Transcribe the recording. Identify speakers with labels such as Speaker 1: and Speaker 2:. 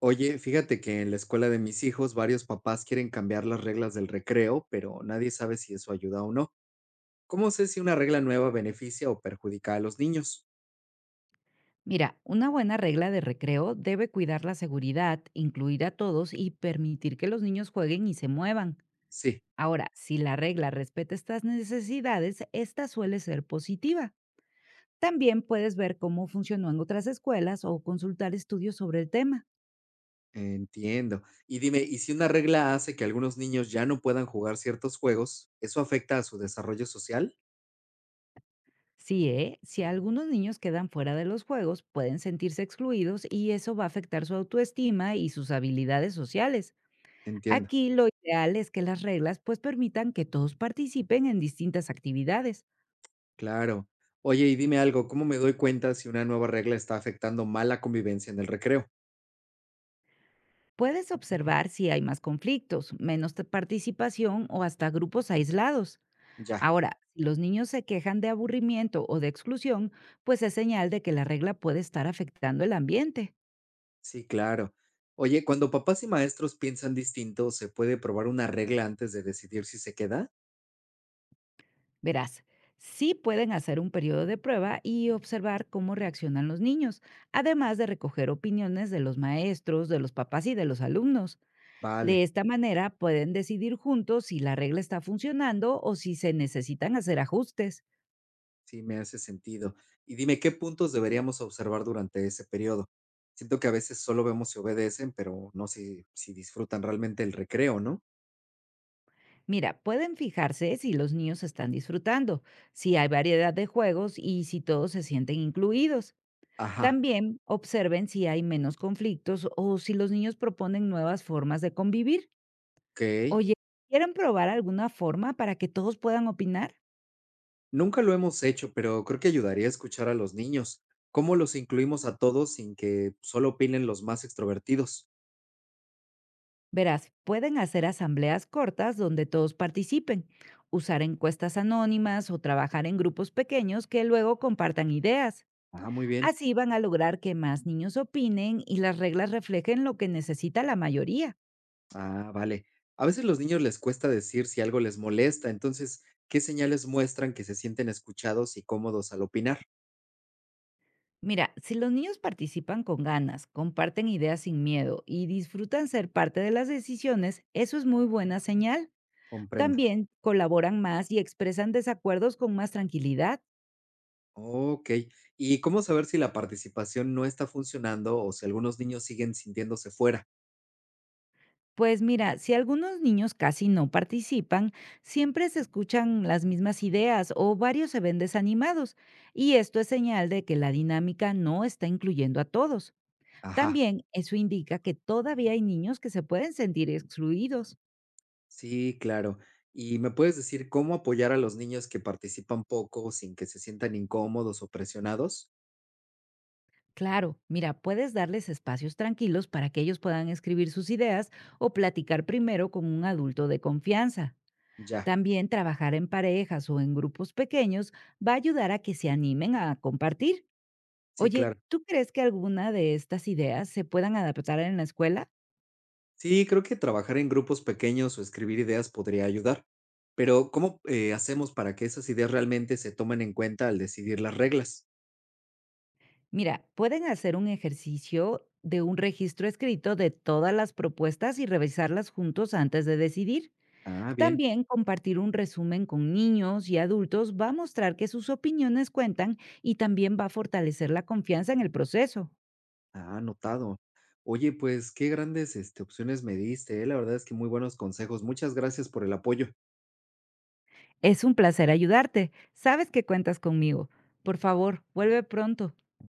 Speaker 1: Oye, fíjate que en la escuela de mis hijos varios papás quieren cambiar las reglas del recreo, pero nadie sabe si eso ayuda o no. ¿Cómo sé si una regla nueva beneficia o perjudica a los niños?
Speaker 2: Mira, una buena regla de recreo debe cuidar la seguridad, incluir a todos y permitir que los niños jueguen y se muevan.
Speaker 1: Sí,
Speaker 2: Ahora, si la regla respeta estas necesidades, esta suele ser positiva. También puedes ver cómo funcionó en otras escuelas o consultar estudios sobre el tema.
Speaker 1: entiendo. Y dime, ¿y si una regla hace que algunos niños ya no puedan jugar ciertos juegos, eso afecta a su desarrollo social?
Speaker 2: Sí, ¿eh? Si algunos niños quedan fuera de los juegos, pueden sentirse excluidos y eso va a afectar su autoestima y sus habilidades sociales.
Speaker 1: Entiendo,
Speaker 2: Aquí lo ideal es que las reglas pues permitan que todos participen en distintas actividades.
Speaker 1: claro. Oye, y dime algo, ¿cómo me doy cuenta si una nueva regla está afectando mal la convivencia en el recreo?
Speaker 2: Puedes observar si hay más conflictos, menos participación o hasta grupos aislados.
Speaker 1: Ya.
Speaker 2: Ahora, si los niños se quejan de aburrimiento o de exclusión, pues es señal de que la regla puede estar afectando el ambiente.
Speaker 1: Sí, claro. Oye, cuando papás y maestros piensan distinto, ¿se puede probar una regla antes de decidir si se queda?
Speaker 2: Verás, sí pueden hacer un periodo de prueba y observar cómo reaccionan los niños, además de recoger opiniones de los maestros, de los papás y de los alumnos. De
Speaker 1: Vale,
Speaker 2: esta manera pueden decidir juntos si la regla está funcionando o si se necesitan hacer ajustes.
Speaker 1: sí, me hace sentido. Y dime, ¿qué puntos deberíamos observar durante ese periodo? Siento que a veces solo vemos si obedecen, pero no si disfrutan realmente el recreo, ¿no?
Speaker 2: Mira, pueden fijarse si los niños están disfrutando, si hay variedad de juegos y si todos se sienten incluidos.
Speaker 1: Ajá,
Speaker 2: También observen si hay menos conflictos o si los niños proponen nuevas formas de convivir.
Speaker 1: ok.
Speaker 2: Oye, ¿quieren probar alguna forma para que todos puedan opinar?
Speaker 1: Nunca lo hemos hecho, pero creo que ayudaría a escuchar a los niños. ¿Cómo los incluimos a todos sin que solo opinen los más extrovertidos?
Speaker 2: Verás, pueden hacer asambleas cortas donde todos participen, usar encuestas anónimas o trabajar en grupos pequeños que luego compartan ideas.
Speaker 1: Ah, muy bien.
Speaker 2: Así van a lograr que más niños opinen y las reglas reflejen lo que necesita la mayoría.
Speaker 1: Ah, vale. A veces los niños les cuesta decir si algo les molesta, entonces, ¿qué señales muestran que se sienten escuchados y cómodos al opinar?
Speaker 2: Mira, si los niños participan con ganas, comparten ideas sin miedo y disfrutan ser parte de las decisiones, eso es muy buena señal.
Speaker 1: Comprendo.
Speaker 2: También colaboran más y expresan desacuerdos con más tranquilidad.
Speaker 1: Ok. ¿Y cómo saber si la participación no está funcionando o si algunos niños siguen sintiéndose fuera?
Speaker 2: Pues mira, si algunos niños casi no participan, siempre se escuchan las mismas ideas o varios se ven desanimados, y esto es señal de que la dinámica no está incluyendo a todos.
Speaker 1: Ajá,
Speaker 2: También eso indica que todavía hay niños que se pueden sentir excluidos.
Speaker 1: sí, claro. ¿Y me puedes decir cómo apoyar a los niños que participan poco sin que se sientan incómodos o presionados?
Speaker 2: Claro, mira, puedes darles espacios tranquilos para que ellos puedan escribir sus ideas o platicar primero con un adulto de confianza.
Speaker 1: Ya,
Speaker 2: También trabajar en parejas o en grupos pequeños va a ayudar a que se animen a compartir.
Speaker 1: sí,
Speaker 2: Oye,
Speaker 1: claro.
Speaker 2: ¿tú crees que alguna de estas ideas se puedan adaptar en la escuela?
Speaker 1: Sí, creo que trabajar en grupos pequeños o escribir ideas podría ayudar, pero ¿cómo hacemos para que esas ideas realmente se tomen en cuenta al decidir las reglas?
Speaker 2: Mira, pueden hacer un ejercicio de un registro escrito de todas las propuestas y revisarlas juntos antes de decidir.
Speaker 1: Ah, bien,
Speaker 2: También compartir un resumen con niños y adultos va a mostrar que sus opiniones cuentan y también va a fortalecer la confianza en el proceso.
Speaker 1: ah, anotado. Oye, pues qué grandes opciones me diste, la verdad es que muy buenos consejos. Muchas gracias por el apoyo.
Speaker 2: Es un placer ayudarte. Sabes que cuentas conmigo. Por favor, vuelve pronto.